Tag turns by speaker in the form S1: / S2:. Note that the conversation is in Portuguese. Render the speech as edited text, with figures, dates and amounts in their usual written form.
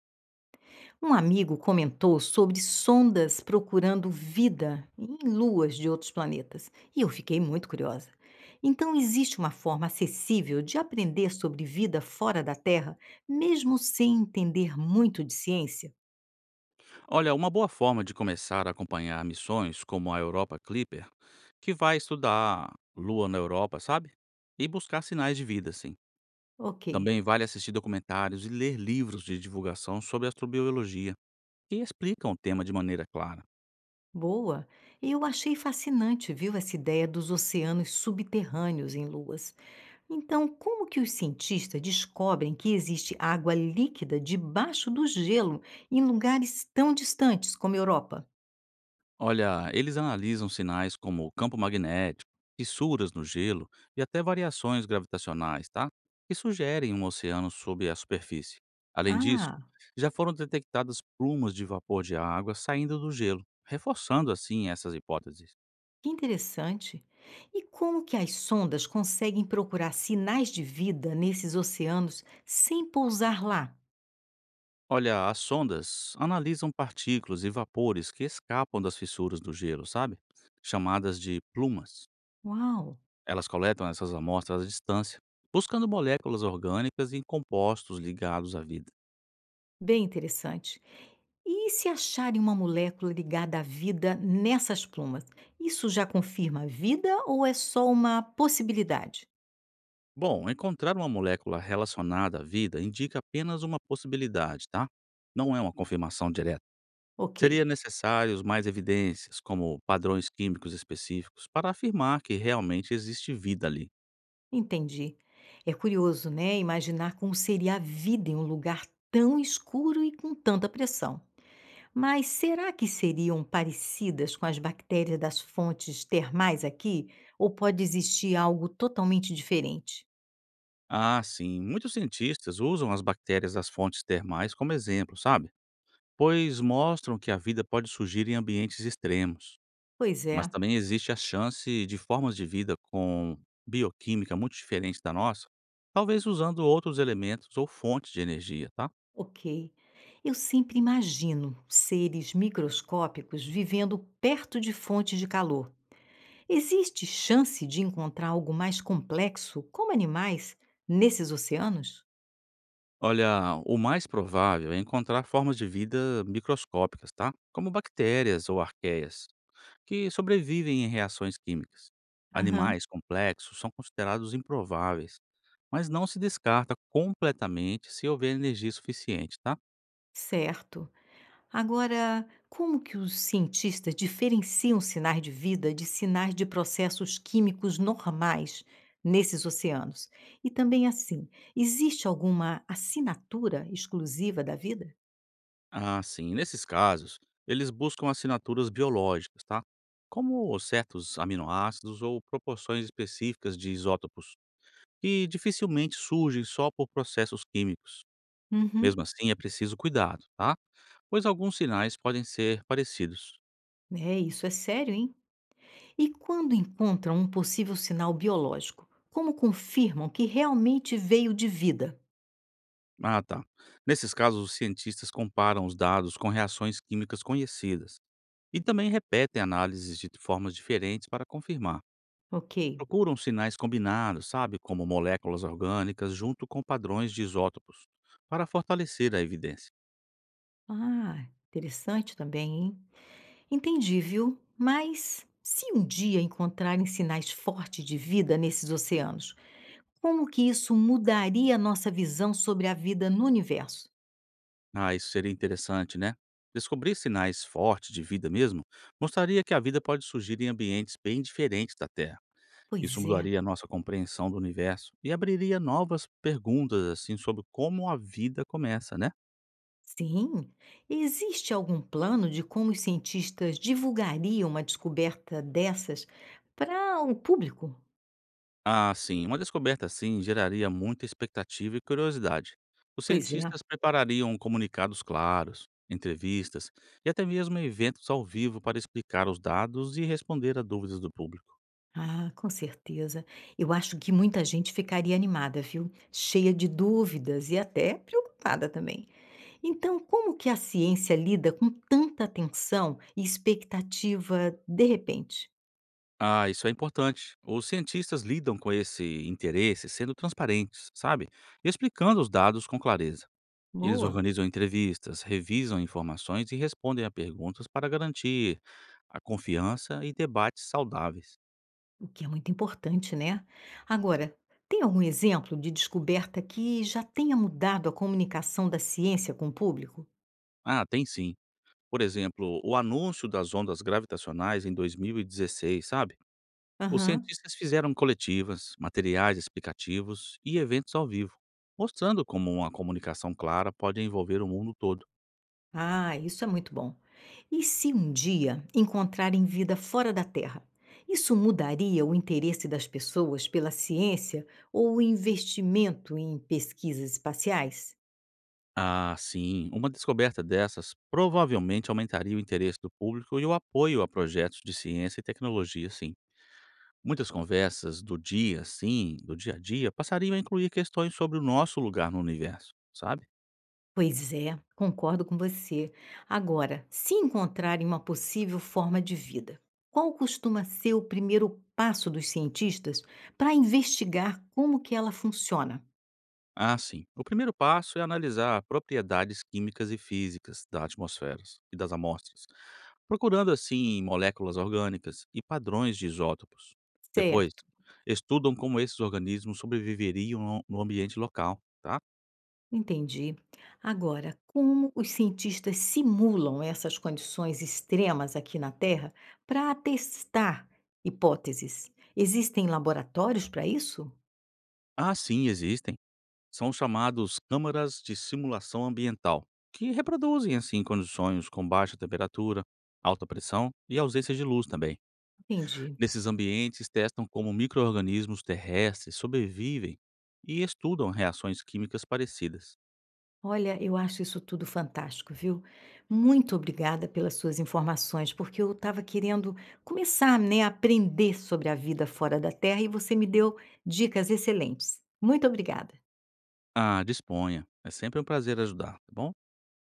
S1: Um amigo comentou sobre sondas procurando vida em luas de outros planetas e eu fiquei muito curiosa. Então, existe uma forma acessível de aprender sobre vida fora da Terra, mesmo sem entender muito de ciência?
S2: Olha, uma boa forma de começar a acompanhar missões como a Europa Clipper, que vai estudar Lua na Europa, sabe? E buscar sinais de vida, sim.
S1: Ok,
S2: Também vale assistir documentários e ler livros de divulgação sobre astrobiologia, que explicam o tema de maneira clara.
S1: boa. Eu achei fascinante, viu, essa ideia dos oceanos subterrâneos em luas. Então, como que os cientistas descobrem que existe água líquida debaixo do gelo em lugares tão distantes como a Europa?
S2: Olha, eles analisam sinais como campo magnético, fissuras no gelo e até variações gravitacionais, tá? Que sugerem um oceano sob a superfície. Além disso,
S1: Ah,
S2: já foram detectadas plumas de vapor de água saindo do gelo, reforçando assim essas hipóteses.
S1: que interessante. E como que as sondas conseguem procurar sinais de vida nesses oceanos sem pousar lá?
S2: Olha, as sondas analisam partículas e vapores que escapam das fissuras do gelo, sabe? Chamadas de plumas.
S1: Uau,
S2: Elas coletam essas amostras à distância, buscando moléculas orgânicas e compostos ligados à vida.
S1: bem interessante. E se acharem uma molécula ligada à vida nessas plumas, isso já confirma a vida ou é só uma possibilidade?
S2: Bom, encontrar uma molécula relacionada à vida indica apenas uma possibilidade, tá? Não é uma confirmação direta.
S1: Ok,
S2: Seria necessários mais evidências, como padrões químicos específicos, para afirmar que realmente existe vida ali.
S1: entendi. É curioso, né, imaginar como seria a vida em um lugar tão escuro e com tanta pressão. Mas será que seriam parecidas com as bactérias das fontes termais aqui? Ou pode existir algo totalmente diferente?
S2: Ah, sim, muitos cientistas usam as bactérias das fontes termais como exemplo, sabe? Pois mostram que a vida pode surgir em ambientes extremos.
S1: Pois
S2: Mas
S1: é,
S2: também existe a chance de formas de vida com bioquímica muito diferente da nossa, talvez usando outros elementos ou fontes de energia, tá?
S1: ok. Eu sempre imagino seres microscópicos vivendo perto de fontes de calor. Existe chance de encontrar algo mais complexo, como animais, nesses oceanos?
S2: Olha, o mais provável é encontrar formas de vida microscópicas, tá? Como bactérias ou arqueias, que sobrevivem em reações químicas.
S1: Aham,
S2: Animais complexos são considerados improváveis, mas não se descarta completamente se houver energia suficiente, tá?
S1: certo. Agora, como que os cientistas diferenciam sinais de vida de sinais de processos químicos normais nesses oceanos? E também assim, existe alguma assinatura exclusiva da vida?
S2: Ah, sim. Nesses casos, eles buscam assinaturas biológicas, tá? Como certos aminoácidos ou proporções específicas de isótopos, que dificilmente surgem só por processos químicos.
S1: Uhum.
S2: Mesmo assim, é preciso cuidado, tá? Pois alguns sinais podem ser parecidos.
S1: É, isso é sério, hein? E quando encontram um possível sinal biológico, como confirmam que realmente veio de vida?
S2: Ah, tá. Nesses casos, os cientistas comparam os dados com reações químicas conhecidas. E também repetem análises de formas diferentes para confirmar.
S1: Ok.
S2: Procuram sinais combinados, sabe, como moléculas orgânicas junto com padrões de isótopos, para fortalecer a evidência.
S1: Ah, interessante também, hein? Entendi, viu? Mas se um dia encontrarem sinais fortes de vida nesses oceanos, como que isso mudaria a nossa visão sobre a vida no universo?
S2: Ah, isso seria interessante, né? Descobrir sinais fortes de vida mesmo mostraria que a vida pode surgir em ambientes bem diferentes da Terra. Isso
S1: Pois é,
S2: mudaria a nossa compreensão do universo e abriria novas perguntas assim sobre como a vida começa, né?
S1: sim. Existe algum plano de como os cientistas divulgariam uma descoberta dessas para o público?
S2: Ah, sim. Uma descoberta assim geraria muita expectativa e curiosidade. Os
S1: Pois é.
S2: cientistas preparariam comunicados claros, entrevistas e até mesmo eventos ao vivo para explicar os dados e responder a dúvidas do público.
S1: Ah, com certeza. Eu acho que muita gente ficaria animada, viu? Cheia de dúvidas e até preocupada também. Então, como que a ciência lida com tanta tensão e expectativa de repente?
S2: Ah, isso é importante. Os cientistas lidam com esse interesse sendo transparentes, sabe? E explicando os dados com clareza. Eles
S1: Boa,
S2: organizam entrevistas, revisam informações e respondem a perguntas para garantir a confiança e debates saudáveis.
S1: o que é muito importante, né? Agora, tem algum exemplo de descoberta que já tenha mudado a comunicação da ciência com o público?
S2: Ah, tem sim. Por exemplo, o anúncio das ondas gravitacionais em 2016, sabe? Os
S1: Aham.
S2: cientistas fizeram coletivas, materiais explicativos e eventos ao vivo, mostrando como uma comunicação clara pode envolver o mundo todo.
S1: Ah, isso é muito bom. E se um dia encontrarem vida fora da Terra? Isso mudaria o interesse das pessoas pela ciência ou o investimento em pesquisas espaciais?
S2: Ah, sim, uma descoberta dessas provavelmente aumentaria o interesse do público e o apoio a projetos de ciência e tecnologia, sim. Muitas conversas do dia, sim, do dia a dia, passariam a incluir questões sobre o nosso lugar no universo, sabe?
S1: Pois é, concordo com você. Agora, se encontrarem uma possível forma de vida, qual costuma ser o primeiro passo dos cientistas para investigar como que ela funciona?
S2: Ah, sim. O primeiro passo é analisar propriedades químicas e físicas da atmosfera e das amostras, procurando assim moléculas orgânicas e padrões de isótopos. Depois,
S1: Certo,
S2: estudam como esses organismos sobreviveriam no ambiente local, tá?
S1: entendi. Agora, como os cientistas simulam essas condições extremas aqui na Terra para testar hipóteses? Existem laboratórios para isso?
S2: Ah, sim, existem. São chamados câmaras de simulação ambiental, que reproduzem assim condições com baixa temperatura, alta pressão e ausência de luz também.
S1: Entendi.
S2: Nesses ambientes, testam como micro-organismos terrestres sobrevivem e estudam reações químicas parecidas.
S1: Olha, eu acho isso tudo fantástico, viu? Muito obrigada pelas suas informações, porque eu estava querendo começar, né, a aprender sobre a vida fora da Terra e você me deu dicas excelentes. Muito obrigada.
S2: Ah, disponha. É sempre um prazer ajudar, tá bom?